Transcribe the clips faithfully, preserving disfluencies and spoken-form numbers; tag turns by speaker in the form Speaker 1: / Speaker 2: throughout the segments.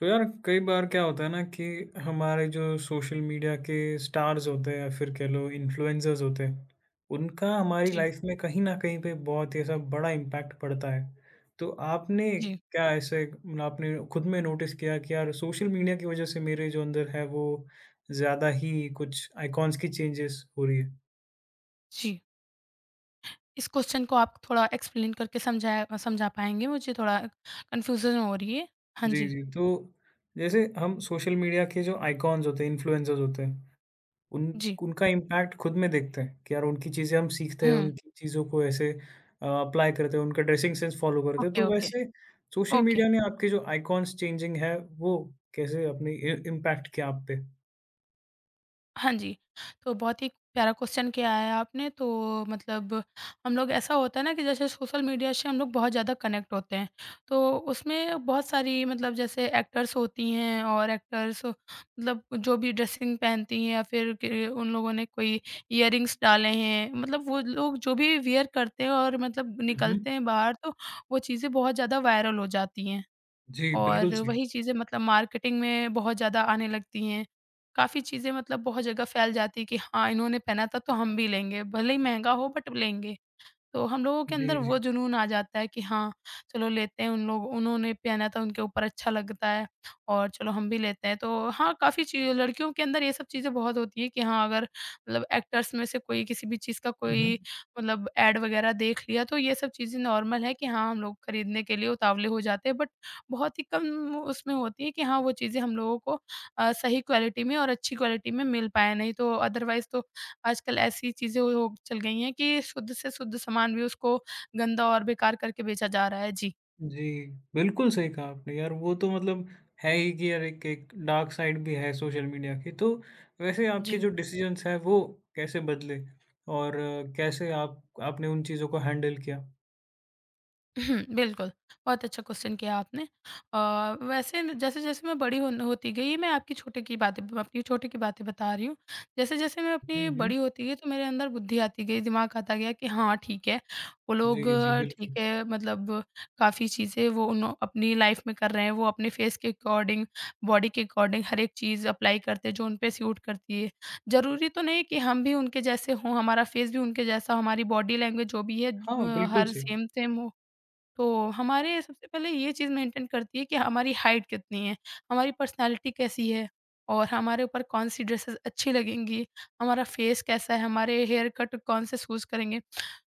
Speaker 1: तो यार कई बार क्या होता है ना कि हमारे जो सोशल मीडिया के स्टार्स होते हैं या फिर कह लो इन्फ्लुएंसर्स होते हैं उनका हमारी
Speaker 2: जी,
Speaker 1: लाइफ में कहीं ना कहीं पे बहुत ही ऐसा बड़ा इम्पैक्ट पड़ता है। तो आपने
Speaker 2: जी,
Speaker 1: क्या ऐसे मतलब आपने खुद में नोटिस किया कि यार सोशल मीडिया की वजह से मेरे जो अंदर है वो ज़्यादा ही कुछ आइकॉन्स की चेंजेस हो रही है।
Speaker 2: जी। इस क्वेश्चन को आप थोड़ा एक्सप्लेन करके समझाया समझा पाएँगे? मुझे थोड़ा कन्फ्यूज़न हो रही है। हाँ
Speaker 1: जी
Speaker 2: जी,
Speaker 1: जी, तो जैसे हम सोशल मीडिया के जो आइकॉन्स होते हैं इन्फ्लुएंसर्स होते हैं उन
Speaker 2: जी।
Speaker 1: उनका इम्पैक्ट खुद में देखते हैं कि यार उनकी चीज़ें हम सीखते हैं,
Speaker 2: हुँ,
Speaker 1: उनकी चीज़ों को ऐसे अ, अप्लाई करते हैं, उनका ड्रेसिंग सेंस फॉलो करते हैं।
Speaker 2: ओके,
Speaker 1: तो
Speaker 2: ओके,
Speaker 1: वैसे सोशल
Speaker 2: ओके।
Speaker 1: मीडिया ने आपके जो आइकॉन्स चेंजिंग है, वो कैसे अपनी इ इम्पैक्ट किया आप पे?
Speaker 2: हाँ जी। तो बहुत ही प्यारा क्वेश्चन किया है आपने। तो मतलब हम लोग ऐसा होता है ना कि जैसे सोशल मीडिया से हम लोग बहुत ज़्यादा कनेक्ट होते हैं। तो उसमें बहुत सारी मतलब जैसे एक्टर्स होती हैं और एक्टर्स मतलब जो भी ड्रेसिंग पहनती हैं या फिर कि उन लोगों ने कोई इयररिंग्स डाले हैं। मतलब वो लोग जो भी वियर करते हैं और मतलब
Speaker 1: हुँ, हुँ।
Speaker 2: निकलते हैं बाहर तो वो चीज़ें बहुत ज़्यादा वायरल हो जाती हैं।
Speaker 1: जी, बिल्कुल
Speaker 2: और
Speaker 1: सही।
Speaker 2: वही चीज़ें मतलब मार्केटिंग में बहुत ज़्यादा आने लगती हैं। काफ़ी चीज़ें मतलब बहुत जगह फैल जाती है कि हाँ, इन्होंने पहना था तो हम भी लेंगे। भले ही महँगा हो बट लेंगे। तो हम लोगों के
Speaker 1: जी,
Speaker 2: अंदर वो
Speaker 1: जी।
Speaker 2: जुनून आ जाता है कि हाँ, चलो लेते हैं उन लोग उन्होंने पहना था उनके ऊपर अच्छा लगता है और चलो हम भी लेते हैं। तो हाँ, काफ़ी चीज़ लड़कियों के अंदर ये सब चीज़ें बहुत होती है कि हाँ, अगर मतलब एक्टर्स में से कोई किसी भी चीज़ का
Speaker 1: हुँ, हुँ।
Speaker 2: कोई मतलब एड वग़ैरह देख लिया तो ये सब चीज़ें नॉर्मल है कि हाँ, हम लोग खरीदने के लिए उतावले हो जाते हैं बट बहुत ही कम उसमें होती है कि हाँ, वो चीज़ें हम लोगों को अ, सही क्वालिटी में और अच्छी क्वालिटी में मिल पाएँ नहीं तो अदरवाइज़ तो आजकल ऐसी चीज़ें हो हो चल गई हैं कि शुद्ध से शुद्ध सामान भी उसको गंदा और बेकार करके बेचा जा रहा है। जी।
Speaker 1: जी, बिल्कुल सही कहा आपने यार, वो तो मतलब है ही कि यार एक एक डार्क साइड भी है सोशल मीडिया की। तो वैसे आपके
Speaker 2: जी।
Speaker 1: जो डिसीज़न्स हैं वो कैसे बदले और अ, कैसे आप आपने उन चीज़ों को हैंडल किया?
Speaker 2: हम्म, बिल्कुल, बहुत अच्छा क्वेश्चन किया आपने। अ, वैसे न जैसे-जैसे मैं बड़ी होन होती गई, मैं आपकी छोटे की बातें ब अपनी छोटे की बातें बता रही हूँ। जैसे-जैसे मैं
Speaker 1: हुँ,
Speaker 2: अपनी
Speaker 1: हुँ।
Speaker 2: बड़ी होती गई, तो मेरे अंदर बुद्धि आती गई, दिमाग आता गया कि हाँ, ठीक है, वो लोग
Speaker 1: जी, जी,
Speaker 2: अ, ठीक
Speaker 1: बिल्कुल।
Speaker 2: है, मतलब काफ़ी चीज़ें वो उन्हों अपनी लाइफ में कर रहे हैं। वो अपने फेस के अकॉर्डिंग, बॉडी के अकॉर्डिंग हर एक चीज़ अप्लाई करते हैं, जो उन पे सूट करती है। ज़रूरी तो नहीं कि हम भी उनके जैसे हों, हमारा फेस भी उनके जैसा, हमारी बॉडी लैंग्वेज जो भी है
Speaker 1: हाँ,
Speaker 2: अ,
Speaker 1: बिल्कुल
Speaker 2: हर
Speaker 1: सही।
Speaker 2: सेम-सेम हो। तो हमारे सबसे पहले ये चीज़ मेंटेन करती है कि हमारी हाइट कितनी है, हमारी पर्सनैलिटी कैसी है और हमारे ऊपर कौन-सी ड्रेसेस अच्छी लगेंगी, हमारा फेस कैसा है, हमारे हेयर कट कौन से चूज़ करेंगे।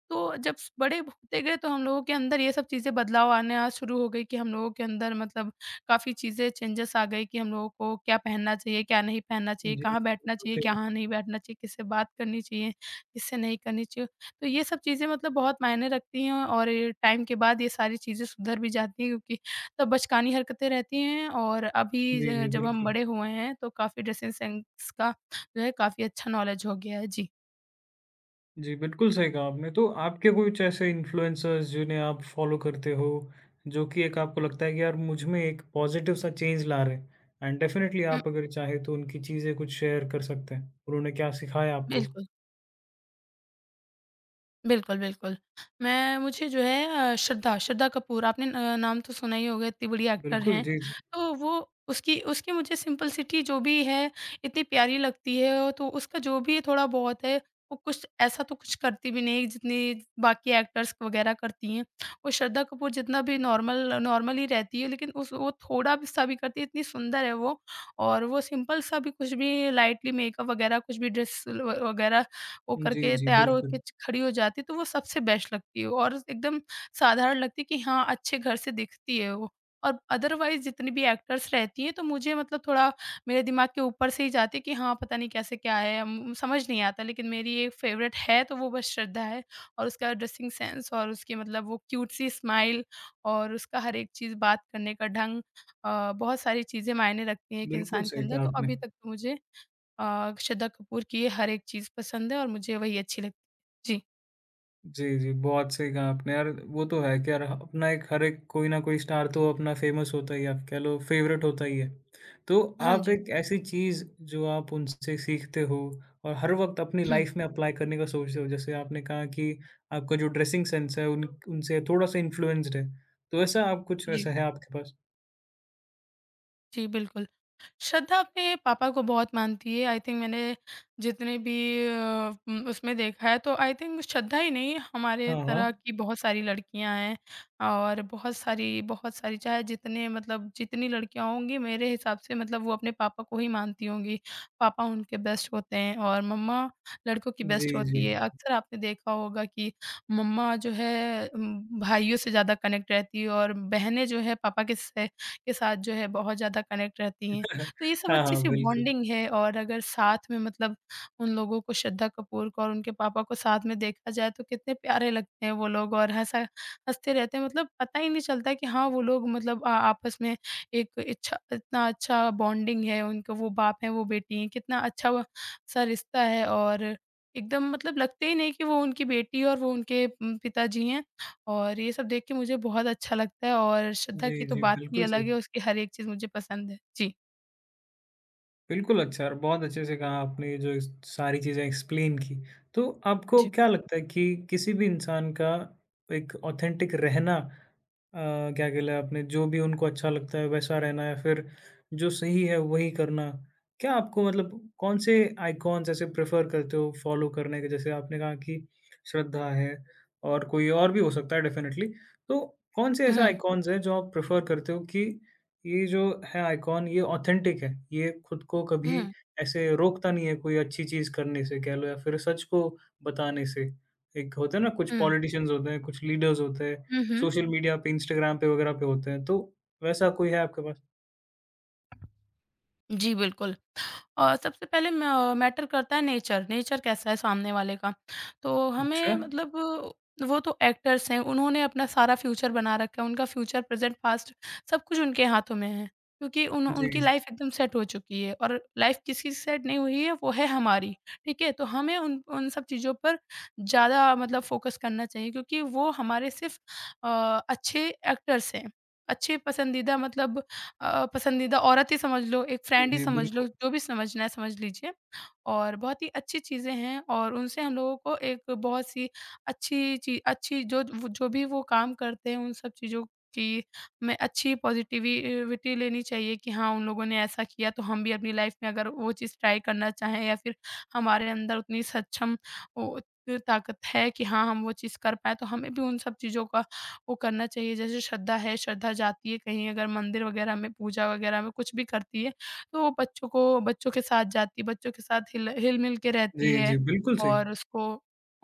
Speaker 2: तो जब स बड़े होते गए तो हम लोगों के अंदर ये सब चीज़ें बदलाव आना शुरू हो गई कि हम लोगों के अंदर मतलब काफ़ी चीज़ें चेंजेस आ गए कि हम लोगों को क्या पहनना चाहिए, क्या नहीं पहनना चाहिए,
Speaker 1: जी,
Speaker 2: कहाँ बैठना
Speaker 1: बिल्कुल
Speaker 2: चाहिए,
Speaker 1: सही आप
Speaker 2: कहाँ नहीं बैठना चाहिए, किससे बात करनी चाहिए, किससे नहीं करनी चाहिए। तो ये सब चीज़ें मतलब बहुत मायने रखती हैं और टाइम के बाद ये सारी चीज़ें सुधर भी जाती हैं क्योंकि तब बचकानी हरकतें रहती हैं और अभी
Speaker 1: जी,
Speaker 2: ज
Speaker 1: जी,
Speaker 2: जब हम
Speaker 1: बिल्कुल।
Speaker 2: बड़े हुए हैं तो काफ़ी ड्रेसिंग सेंस का जो है काफ़ी अच्छा नॉलेज हो गया है। जी।
Speaker 1: जी, बिल्कुल सही कहा आपने। तो आपके कुछ ऐसे इन्फ्लुएंसर्स जिन्हें आप फॉलो करते हो, जो कि एक आपको लगता है कि यार मुझ में एक पॉजिटिव सा चेंज ला रहे हैं एंड डेफिनिटली
Speaker 2: हुँ।
Speaker 1: आप अगर चाहें तो उनकी चीज़ें कुछ शेयर कर सकते हैं, उन्होंने क्या सिखाया आपको?
Speaker 2: बिल्कुल। बिल्कुल, बिल्कुल। मैं मुझे जो है अ, श्रद्धा श्रद्धा कपूर आपने अ, नाम तो सुना ही होगा इतनी बड़ी एक्टर
Speaker 1: बिल्कुल,
Speaker 2: हैं।
Speaker 1: जी, जी।
Speaker 2: तो वो उसकी उसकी मुझे सिंपलिसिटी जो भी है इतनी प्यारी लगती है और तो उसका जो भी थोड़ा बहुत है वो कुछ ऐसा तो कुछ करती भी नहीं जितनी बाकी एक्टर्स वग़ैरह करती हैं। वो श्रद्धा कपूर जितना भी नॉर्मल नॉर्मल ही रहती है लेकिन उस वो थोड़ा भी सा भी करती है इतनी सुंदर है वो और वो सिंपल सा भी कुछ भी लाइटली मेकअप वग़ैरह कुछ भी ड्रेस ल वग़ैरह वो
Speaker 1: जी,
Speaker 2: करके
Speaker 1: जी,
Speaker 2: तैयार होके
Speaker 1: बिल्कुल।
Speaker 2: च खड़ी हो जाती है, तो वो सबसे बेस्ट लगती है और एकदम साधारण लगती है कि हाँ, अच्छे घर से दिखती है वो। और अदरवाइज़ जितनी भी एक्टर्स रहती हैं, तो मुझे मतलब थोड़ा मेरे दिमाग के ऊपर से ही जाती है कि हाँ, पता नहीं कैसे क्या है, उम, समझ नहीं आता। लेकिन मेरी एक फ़ेवरेट है, तो वो बस श्रद्धा है और उसका ड्रेसिंग सेंस और उसकी मतलब वो क्यूट सी स्माइल और उसका हर एक चीज़, बात करने का ढंग अ, बहुत सारी चीज़ें मायने रखती हैं एक
Speaker 1: बिल्कुल
Speaker 2: इंसान के
Speaker 1: सही
Speaker 2: अंदर।
Speaker 1: कहा
Speaker 2: तो
Speaker 1: आपने।
Speaker 2: अभी तक तो मुझे अ, श्रद्धा कपूर की ये हर एक चीज़ पसंद है और मुझे वही अच्छी लगती है। जी।
Speaker 1: जी, जी, बहुत सही कहा आपने यार, वो तो है कि यार अपना एक हर एक कोई ना कोई स्टार तो अपना फ़ेमस होता ही है, आप कह लो फ़ेवरेट होता ही है। तो
Speaker 2: हाँ
Speaker 1: आप
Speaker 2: जी।
Speaker 1: एक ऐसी चीज़ जो आप उनसे सीखते हो और हर वक़्त अपनी
Speaker 2: हुँ।
Speaker 1: लाइफ़ में अप्लाई करने का सोचते हो, जैसे आपने कहा कि आपका जो ड्रेसिंग सेंस है उन उनसे थोड़ा-सा इन्फ्लुएंस्ड है, तो ऐसा आप कुछ
Speaker 2: जी।
Speaker 1: ऐसा है आपके पास?
Speaker 2: जी, बिल्कुल। श्रद्धा अपने पापा को बहुत मानती है। आई थिंक मैंने जितने भी अ, उम, उसमें देखा है तो आई थिंक श्रद्धा ही नहीं हमारे
Speaker 1: हाँ, हाँ।
Speaker 2: तरह की बहुत सारी लड़कियाँ हैं और बहुत सारी बहुत सारी चाहे जितने मतलब जितनी लड़कियाँ होंगी मेरे हिसाब से मतलब वो अपने पापा को ही मानती होंगी। पापा उनके बेस्ट होते हैं और मम्मा लड़कों की
Speaker 1: जी,
Speaker 2: बेस्ट
Speaker 1: जी।
Speaker 2: होती है। अक्सर आपने देखा होगा कि मम्मा जो है उम, भाइयों से ज़्यादा कनेक्ट रहती है और बहनें जो है पापा के से के साथ जो है बहुत ज़्यादा कनेक्ट रहती हैं। तो ये सब
Speaker 1: हाँ, हाँ,
Speaker 2: अच्छी-सी
Speaker 1: बिल्कुल।
Speaker 2: बॉन्डिंग है और अगर साथ में मतलब उन लोगों को श्रद्धा कपूर को और उनके पापा को साथ में देखा जाए तो कितने प्यारे लगते हैं वो लोग और हँसा हँसते रहते हैं मतलब पता ही नहीं चलता कि हाँ, वो लोग मतलब अ, आपस में एक इच्छा इतना अच्छा बॉन्डिंग है उनका वो बाप है, वो बेटी हैं, कितना अच्छा व सा रिश्ता है और एकदम मतलब लगते ही नहीं कि वो उनकी बेटी और वो उनके उम, पिताजी हैं और ये सब देख के मुझे बहुत अच्छा लगता है और श्रद्धा
Speaker 1: जी,
Speaker 2: की तो
Speaker 1: जी,
Speaker 2: बात ही
Speaker 1: बिल्कुल सही।
Speaker 2: अलग है, उसकी हर एक चीज़ मुझे पसंद है। जी,
Speaker 1: बिल्कुल अच्छा और बहुत अच्छे से कहा आपने ये जो इस सारी चीज़ें एक्सप्लेन की। तो आपको
Speaker 2: जी।
Speaker 1: क्या लगता है कि किसी भी इंसान का एक ऑथेंटिक रहना अ, क्या खेला है आपने? जो भी उनको अच्छा लगता है वैसा रहना या फिर जो सही है वही करना। क्या आपको मतलब कौन से आइकॉन्स ऐसे प्रेफ़र करते हो फ़ॉलो करने के? जैसे आपने कहा कि श्रद्धा है और कोई और भी हो सकता है डेफ़िनिटली। तो कौन से ऐसे
Speaker 2: हुँ,
Speaker 1: आइकॉन्स हैं जो आप प्रेफ़र करते हो कि ये जो है आइकॉन ये ऑथेंटिक है, ये खुद को कभी
Speaker 2: हुँ,
Speaker 1: ऐसे रोकता नहीं है कोई अच्छी चीज़ करने से कह लो या फिर सच को बताने से। एक होता है ना कुछ
Speaker 2: हुँ,
Speaker 1: पॉलिटिशियंस होते हैं, कुछ लीडर्स होते हैं
Speaker 2: हुँ, हुँ।
Speaker 1: सोशल मीडिया पे, इंस्टाग्राम पे वगैरह पे होते हैं, तो वैसा कोई है आपके पास?
Speaker 2: जी, बिल्कुल और सबसे पहले म मैटर करता है नेचर, नेचर कैसा है सामने वाले का। तो हमें
Speaker 1: अच्छा।
Speaker 2: मतलब वो तो एक्टर्स हैं, उन्होंने अपना सारा फ्यूचर बना रखा है, उनका फ्यूचर, प्रेज़ेंट, पास्ट सब कुछ उनके हाथों में है क्योंकि उन
Speaker 1: जी,
Speaker 2: उनकी
Speaker 1: जी।
Speaker 2: लाइफ़ एकदम सेट हो चुकी है और लाइफ़ किसी की सेट नहीं हुई है, वो है हमारी, ठीक है? तो हमें उन उन सब चीज़ों पर ज़्यादा मतलब फ़ोकस करना चाहिए क्योंकि वो हमारे सिर्फ़ अ, अच्छे एक्टर्स हैं, अच्छे पसंदीदा मतलब अ, पसंदीदा औरत ही समझ लो, एक
Speaker 1: जी,
Speaker 2: फ्रेंड ही
Speaker 1: जी,
Speaker 2: समझ
Speaker 1: बिल्कुल।
Speaker 2: लो, जो भी समझना है समझ लीजिए। और बहुत ही अच्छी चीज़ें हैं और उनसे हम लोगों को एक बहुत-सी अच्छी ची अच्छी जो वो जो भी वो काम करते हैं, उन सब चीज़ों की में अच्छी पॉज़िटिवि अ, विटी लेनी चाहिए कि हाँ, उन लोगों ने ऐसा किया तो हम भी अपनी लाइफ़ में अगर वो चीज़ ट्राई करना चाहें या फिर हमारे अंदर उतनी सक्षम वो ताकत है कि हाँ, हम वो चीज़ कर पाएँ, तो हमें भी उन सब चीज़ों का वो करना चाहिए। जैसे श्रद्धा है, श्रद्धा जाती है कहीं अगर मंदिर वगैरह में, पूजा वगैरह में कुछ भी करती है, तो वो बच्चों को बच्चों के साथ जाती है, बच्चों के साथ हिल हिल-मिल के
Speaker 1: जी,
Speaker 2: रहती
Speaker 1: जी,
Speaker 2: है
Speaker 1: बिल्कुल सही।
Speaker 2: और उसको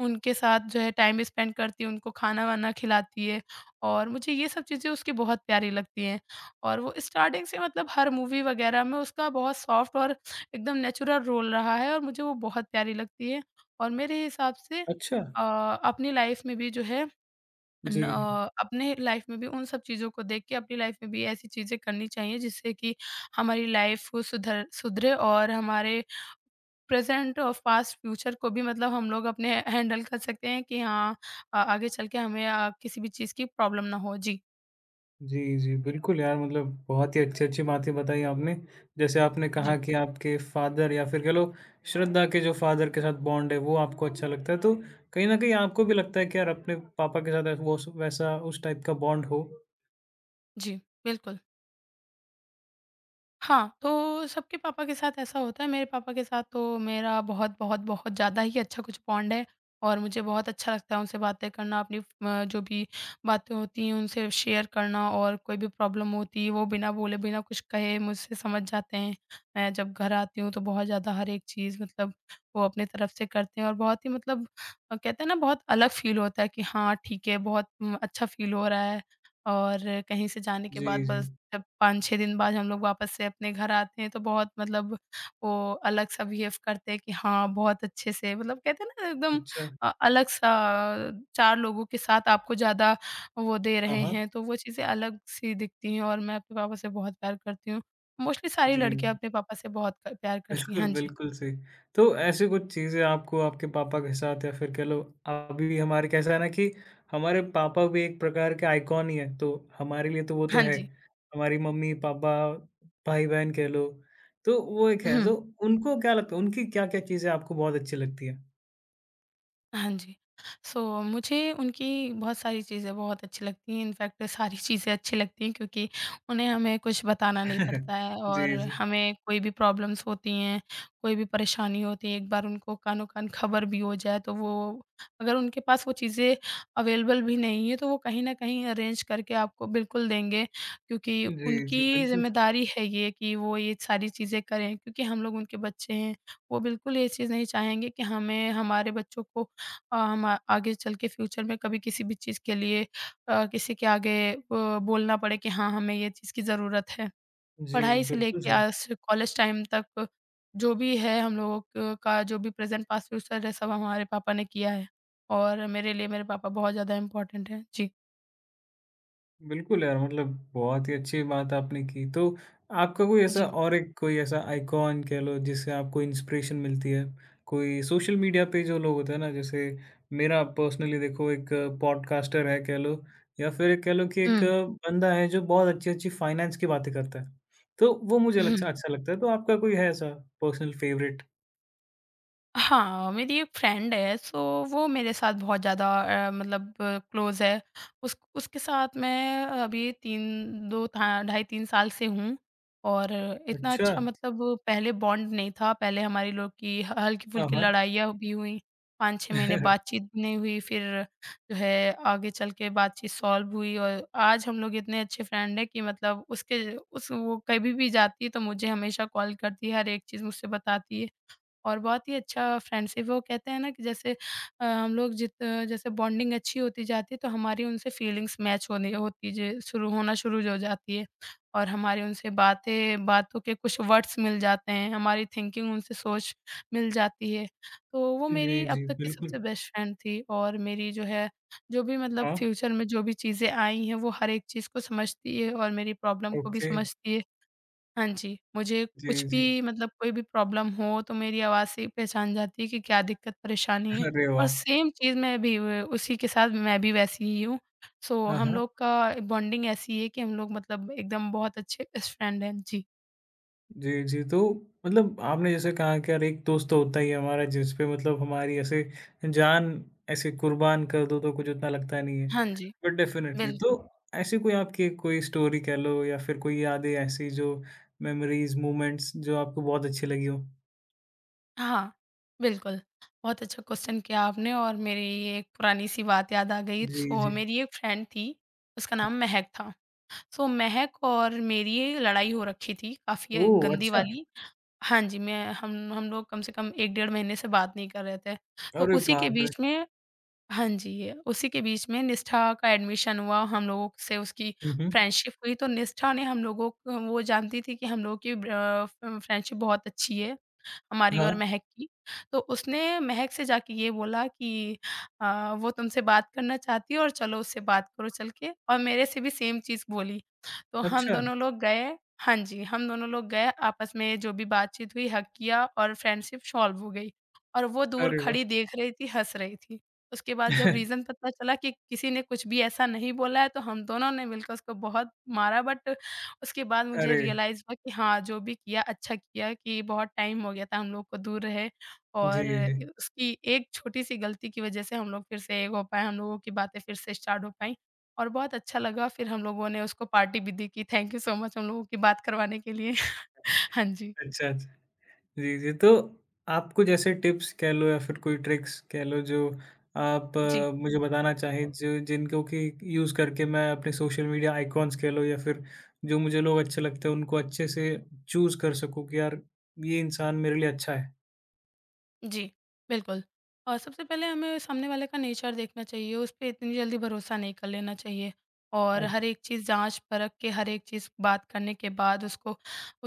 Speaker 2: उनके साथ जो है टाइम स्पेंड करती है, उनको खाना-वाना खिलाती है और मुझे ये सब चीज़ें उसकी बहुत प्यारी लगती हैं। और वो स्टार्टिंग से मतलब हर मूवी वगैरह में उसका बहुत सॉफ्ट और एकदम नेचुरल रोल रहा है और मुझे वो बहुत प्यारी लगती है। और मेरे हिसाब से
Speaker 1: अच्छा।
Speaker 2: अ, अपनी लाइफ़ में भी जो है न
Speaker 1: जी, जी।
Speaker 2: अ, अपने लाइफ में भी उन सब चीज़ों को देख के अपनी लाइफ में भी ऐसी चीज़ें करनी चाहिए जिससे कि हमारी लाइफ को सुधर सुधरे और हमारे प्रेज़ेंट और पास्ट फ्यूचर को भी मतलब हम लोग अपने हैंडल कर सकते हैं कि हाँ अ, आगे चल के हमें अ, किसी भी चीज़ की प्रॉब्लम ना हो। जी,
Speaker 1: जी, जी, बिल्कुल यार मतलब बहुत ही अच्छी-अच्छी बातें बताई आपने। जैसे आपने कहा
Speaker 2: जी,
Speaker 1: कि आपके फादर या फिर कह लो श्रद्धा के जो फादर के साथ बॉन्ड है, वो आपको अच्छा लगता है, तो कहीं न कहीं आपको भी लगता है कि यार अपने पापा के साथ वो स वैसा उस टाइप का बॉन्ड हो।
Speaker 2: जी, बिल्कुल। हाँ, तो सबके पापा के साथ ऐसा होता है, मेरे पापा के साथ तो मेरा बहुत, बहुत, बहुत ज़्यादा ही अच्छा कुछ बॉन्ड है और मुझे बहुत अच्छा लगता है उनसे बातें करना, अपनी अ, जो भी बातें होती हैं, उनसे शेयर करना और कोई भी प्रॉब्लम होती है, वो बिना बोले, बिना कुछ कहे मुझसे समझ जाते हैं। मैं जब घर आती हूँ, तो बहुत ज़्यादा हर एक चीज़ मतलब वो अपनी तरफ से करते हैं और बहुत ही मतलब अ, कहते हैं ना, बहुत अलग फ़ील होता है कि हाँ, ठीक है, बहुत उम, अच्छा फ़ील हो रहा है और कहीं से जाने के
Speaker 1: जी,
Speaker 2: बाद
Speaker 1: जी।
Speaker 2: बस जब पाँच छह दिन बाद हम लोग वापस से अपने घर आते हैं तो बहुत मतलब वो अलग-सा बिहेव करते हैं कि हाँ, बहुत अच्छे से मतलब कहते हैं ना एकदम
Speaker 1: अच्छा।
Speaker 2: अ, अलग-सा चार लोगों के साथ आपको ज़्यादा वो दे
Speaker 1: हाँ,
Speaker 2: रहे
Speaker 1: हाँ।
Speaker 2: हैं, तो वो चीज़ें अलग-सी दिखती हैं और मैं अपने पापा से बहुत प्यार करती हूँ। मोस्टली सारी
Speaker 1: जी,
Speaker 2: लड़कियाँ
Speaker 1: जी।
Speaker 2: अपने पापा से बहुत क प्यार करती हैं।
Speaker 1: बिल्कुल,
Speaker 2: हाँ जी।
Speaker 1: बिल्कुल सही। तो ऐसी कुछ चीज़ें आपको आपके पापा के साथ या फिर कह लो अभी हमारे कैसा है ना कि हमारे पापा भी एक प्रकार के आइकॉन ही हैं, तो हमारे लिए तो वो तो
Speaker 2: हाँ
Speaker 1: है।
Speaker 2: जी।
Speaker 1: हमारी मम्मी, पापा, भाई-बहन कह लो, तो वो एक है। तो
Speaker 2: हुँ।
Speaker 1: उनको क्या लगता है उनकी क्या-क्या चीज़ें आपको बहुत अच्छी लगती हैं?
Speaker 2: हाँ जी। सो मुझे उनकी बहुत सारी चीज़ें बहुत अच्छी लगती हैं, इनफैक्ट सारी चीज़ें अच्छी लगती हैं क्योंकि उन्हें हमें कुछ बताना नहीं पड़ता है और
Speaker 1: जी, जी।
Speaker 2: हमें कोई भी प्रॉब्लम्स होती हैं, कोई भी परेशानी होती है, एक बार उनको कानो-कान खबर भी हो जाए तो वो, अगर उनके पास वो चीज़ें अवेलेबल भी नहीं है, तो वो कहीं न कहीं अरेंज करके आपको बिल्कुल देंगे, क्योंकि
Speaker 1: जी, जी,
Speaker 2: उनकी
Speaker 1: बिल्कुल सही।
Speaker 2: ज़िम्मेदारी है ये कि वो ये सारी चीज़ें करें, क्योंकि हम लोग उनके बच्चे हैं। वो बिल्कुल ये चीज़ नहीं चाहेंगे कि हमें, हमारे बच्चों को, अ, हम आ- आगे चल के फ्यूचर में कभी किसी भी चीज़ के लिए अ, किसी के आगे अ, बोलना पड़े कि हाँ, हमें ये चीज़ की ज़रूरत है।
Speaker 1: जी,
Speaker 2: पढ़ाई से
Speaker 1: बिल्कुल
Speaker 2: लेके
Speaker 1: सही।
Speaker 2: आज कॉलेज टाइम तक, जो भी है, हम लोगों क का जो भी प्रेज़ेंट, पास्ट, फ्यूचर है, सब हमारे पापा ने किया है, और मेरे लिए मेरे पापा बहुत ज़्यादा इम्पोर्टेंट हैं। जी,
Speaker 1: बिल्कुल यार मतलब बहुत ही अच्छी बात आपने की। तो आपका कोई ऐसा
Speaker 2: जी।
Speaker 1: और एक कोई ऐसा आइकॉन कह लो जिससे आपको इंस्पिरेशन मिलती है? कोई सोशल मीडिया पे जो लोग होते हैं ना जैसे मेरा पर्सनली देखो एक पॉडकास्टर है कह लो या फिर कह लो कि एक बंदा है जो बहुत अच्छी-अच्छी फाइनेंस की बातें करता है। तो वो मुझे
Speaker 2: हुँ।
Speaker 1: अच्छा अच्छा लगता है। तो आपका कोई है ऐसा पर्सनल फेवरेट?
Speaker 2: हाँ, मेरी एक फ्रेंड है, सो वो मेरे साथ बहुत ज़्यादा अ, मतलब क्लोज़ है। उस उसके साथ मैं अभी तीन, दो था, ढाई तीन साल से हूँ, और इतना
Speaker 1: अच्छा।
Speaker 2: अच्छा, मतलब पहले बॉन्ड नहीं था। पहले हमारे लोग की ह
Speaker 1: हाँ,
Speaker 2: हल्की-फुल्की
Speaker 1: हाँ।
Speaker 2: लड़ाइयाँ भी हुईं, पाँच छह महीने बातचीत भी नहीं हुई, फिर जो है, आगे चल के बातचीत सॉल्व हुई, और आज हम लोग इतने अच्छे फ्रेंड हैं कि, मतलब, उसके उस वो कभी भी जाती है तो मुझे हमेशा कॉल करती है, हर एक चीज़ मुझसे बताती है। और बहुत ही अच्छा फ्रेंडशिप है। वो कहते हैं ना, कि जैसे अ, हम लोग जित जैसे बॉन्डिंग अच्छी होती जाती है, तो हमारी उनसे फीलिंग्स मैच होने होती जे शुरू होना शुरू हो जाती है, और हमारी उनसे बातें बातों के कुछ वर्ड्स मिल जाते हैं, हमारी थिंकिंग उनसे सोच मिल जाती है। तो वो
Speaker 1: जी,
Speaker 2: मेरी अब
Speaker 1: जी,
Speaker 2: तक की
Speaker 1: बिल्कुल।
Speaker 2: सबसे बेस्ट फ्रेंड थी, और मेरी जो है, जो भी, मतलब,
Speaker 1: हाँ,
Speaker 2: फ्यूचर में जो भी चीज़ें आई हैं, वो हर एक चीज़ को समझती है और मेरी प्रॉब्लम को भी
Speaker 1: ओके।
Speaker 2: समझती है। हाँ जी, मुझे
Speaker 1: जी,
Speaker 2: कुछ
Speaker 1: जी।
Speaker 2: भी, मतलब, कोई भी प्रॉब्लम हो तो मेरी आवाज़ से ही पहचान जाती है कि क्या दिक्कत, परेशानी है,
Speaker 1: अरे
Speaker 2: और
Speaker 1: वाह!
Speaker 2: सेम चीज़ मैं भी व उसी के साथ मैं भी वैसी ही हूँ। सो
Speaker 1: हाँ,
Speaker 2: हम
Speaker 1: हाँ।
Speaker 2: लोग का बॉन्डिंग ऐसी है कि हम लोग, मतलब, एकदम बहुत अच्छे बेस्ट फ्रेंड हैं। जी।
Speaker 1: जी, जी। तो मतलब आपने जैसे कहा कि यार एक दोस्त तो होता ही है हमारा जिस पे मतलब हमारी ऐसे जान ऐसे कुर्बान कर दो तो कुछ उतना लगता नहीं है।
Speaker 2: हाँ जी,
Speaker 1: बट डेफ़िनेटली तो
Speaker 2: बिल्कुल।
Speaker 1: ऐसी कोई आपकी कोई स्टोरी कह लो या फिर कोई यादें ऐसी जो मेमोरीज़, मोमेंट्स जो आपको बहुत अच्छी लगी हो?
Speaker 2: हाँ, बिल्कुल। बहुत अच्छा क्वेश्चन किया आपने, और मेरी ये एक पुरानी-सी बात याद आ गई।
Speaker 1: जी,
Speaker 2: सो
Speaker 1: जी।
Speaker 2: मेरी एक फ्रेंड थी, उसका नाम महक था। सो महक और मेरी ये लड़ाई हो रखी थी, काफ़ी
Speaker 1: ओह,
Speaker 2: गंदी
Speaker 1: अच्छा।
Speaker 2: वाली। हाँ जी, मैं हम हम लोग कम से कम एक डेढ़ महीने से बात नहीं कर रहे थे। तो
Speaker 1: अरे
Speaker 2: उसी के
Speaker 1: बाप रे!
Speaker 2: बीच में। हाँ जी, ये उसी के बीच में निष्ठा का एडमिशन हुआ, हम लोगों से उसकी
Speaker 1: हुँ, हुँ।
Speaker 2: फ्रेंडशिप हुई, तो निष्ठा ने, हम लोगों को वो जानती थी कि हम लोगों की ब्र अ, फ्रेंडशिप बहुत अच्छी है। हमारी
Speaker 1: हाँ।
Speaker 2: ओर महक की। तो उसने महक से जाके ये बोला कि अ, वो तुमसे बात करना चाहती है, और चलो उससे बात करो चल के, और मेरे से भी सेम चीज़ बोली। तो हम
Speaker 1: अच्छा।
Speaker 2: दोनों लोग गए। हाँ जी, हम दोनों लोग गए, आपस में जो भी बातचीत हुई, हग किया, और फ्रेंडशिप सॉल्व हो गई। और वो दूर
Speaker 1: अरे वाह!
Speaker 2: खड़ी देख रही थी, हँस रही थी। उसके बाद जब रीज़न पता चला कि किसी ने कुछ भी ऐसा नहीं बोला है, तो हम दोनों ने मिलकर उसको बहुत मारा, बट उसके बाद मुझे
Speaker 1: अरे!
Speaker 2: रियलाइज़ हुआ कि हाँ, जो भी किया अच्छा किया, कि बहुत टाइम हो गया था हम लोग को दूर रहे,
Speaker 1: जी,
Speaker 2: और
Speaker 1: जी।
Speaker 2: उसकी एक छोटी-सी गलती की वज़ह से हम लोग फिर से एक हो पाए, हम लोगों की बातें फिर से स्टार्ट हो पाईं, और बहुत अच्छा लगा। फिर हम लोगों ने उसको पार्टी भी दी कि थैंक यू सो मच हम लोगों की बात करवाने के लिए। हाँ जी।
Speaker 1: अच्छा, अच्छा। जी, जी। तो आपको जैसे टिप्स कह लो या फिर कोई ट्रिक्स कह लो जो आप
Speaker 2: जी।
Speaker 1: अ, मुझे बताना चाहें जो जिनको कि यूज़ करके मैं अपने सोशल मीडिया आइकॉन्स कह लो या फिर जो मुझे लोग अच्छे लगते हैं उनको अच्छे से चूज़ कर सकूँ कि यार ये इंसान मेरे लिए अच्छा है।
Speaker 2: जी, बिल्कुल। और सबसे पहले हमें सामने वाले का नेचर देखना चाहिए, उस पे इतनी जल्दी भरोसा नहीं कर लेना चाहिए,
Speaker 1: अ,
Speaker 2: और हर एक चीज़ जाँच-परख के, हर एक चीज़ बात करने के बाद, उसको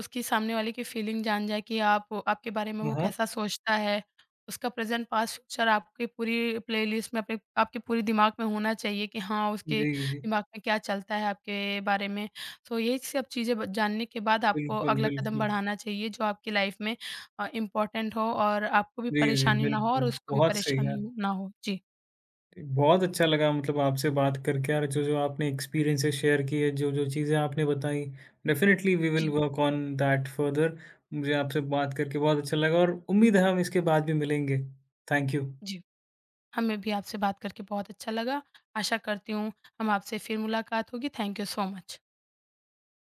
Speaker 2: उसकी, सामने वाले की फीलिंग जान जाए कि आप आपके बारे में
Speaker 1: हाँ,
Speaker 2: वो
Speaker 1: हाँ।
Speaker 2: कैसा सोचता है। उसका प्रेज़ेंट, पास्ट, फ्यूचर आपकी पूरी प्लेलिस्ट में, अपने आपके पूरे दिमाग में होना चाहिए कि हाँ, उसके
Speaker 1: जी, जी।
Speaker 2: दिमाग में क्या चलता है आपके बारे में। सो ये सब चीज़ें ब जानने के बाद आपको
Speaker 1: बिल्कुल,
Speaker 2: अगला कदम
Speaker 1: बिल्कुल।
Speaker 2: बढ़ाना चाहिए, जो आपकी लाइफ़ में अ, इम्पोर्टेंट हो, और आपको भी
Speaker 1: जी, जी,
Speaker 2: परेशानी ना हो, और
Speaker 1: बिल्कुल।
Speaker 2: उसको भी
Speaker 1: बहुत सही यार।
Speaker 2: परेशानी हो ना हो। जी,
Speaker 1: बहुत अच्छा लगा मतलब आपसे बात करके और जो-जो आपने एक्सपीरियंसेस शेयर किए, जो-जो चीज़ें आपने बताई, डेफिनिटली वी विल
Speaker 2: जी,
Speaker 1: वर्क ऑन दैट फर्दर। मुझे आपसे बात करके बहुत अच्छा लगा और उम्मीद है हम इसके बाद भी मिलेंगे। Thank you.
Speaker 2: जी। हमें भी आपसे बात करके बहुत अच्छा लगा। आशा करती हूँ हम आपसे फिर मुलाकात होगी। Thank you so much.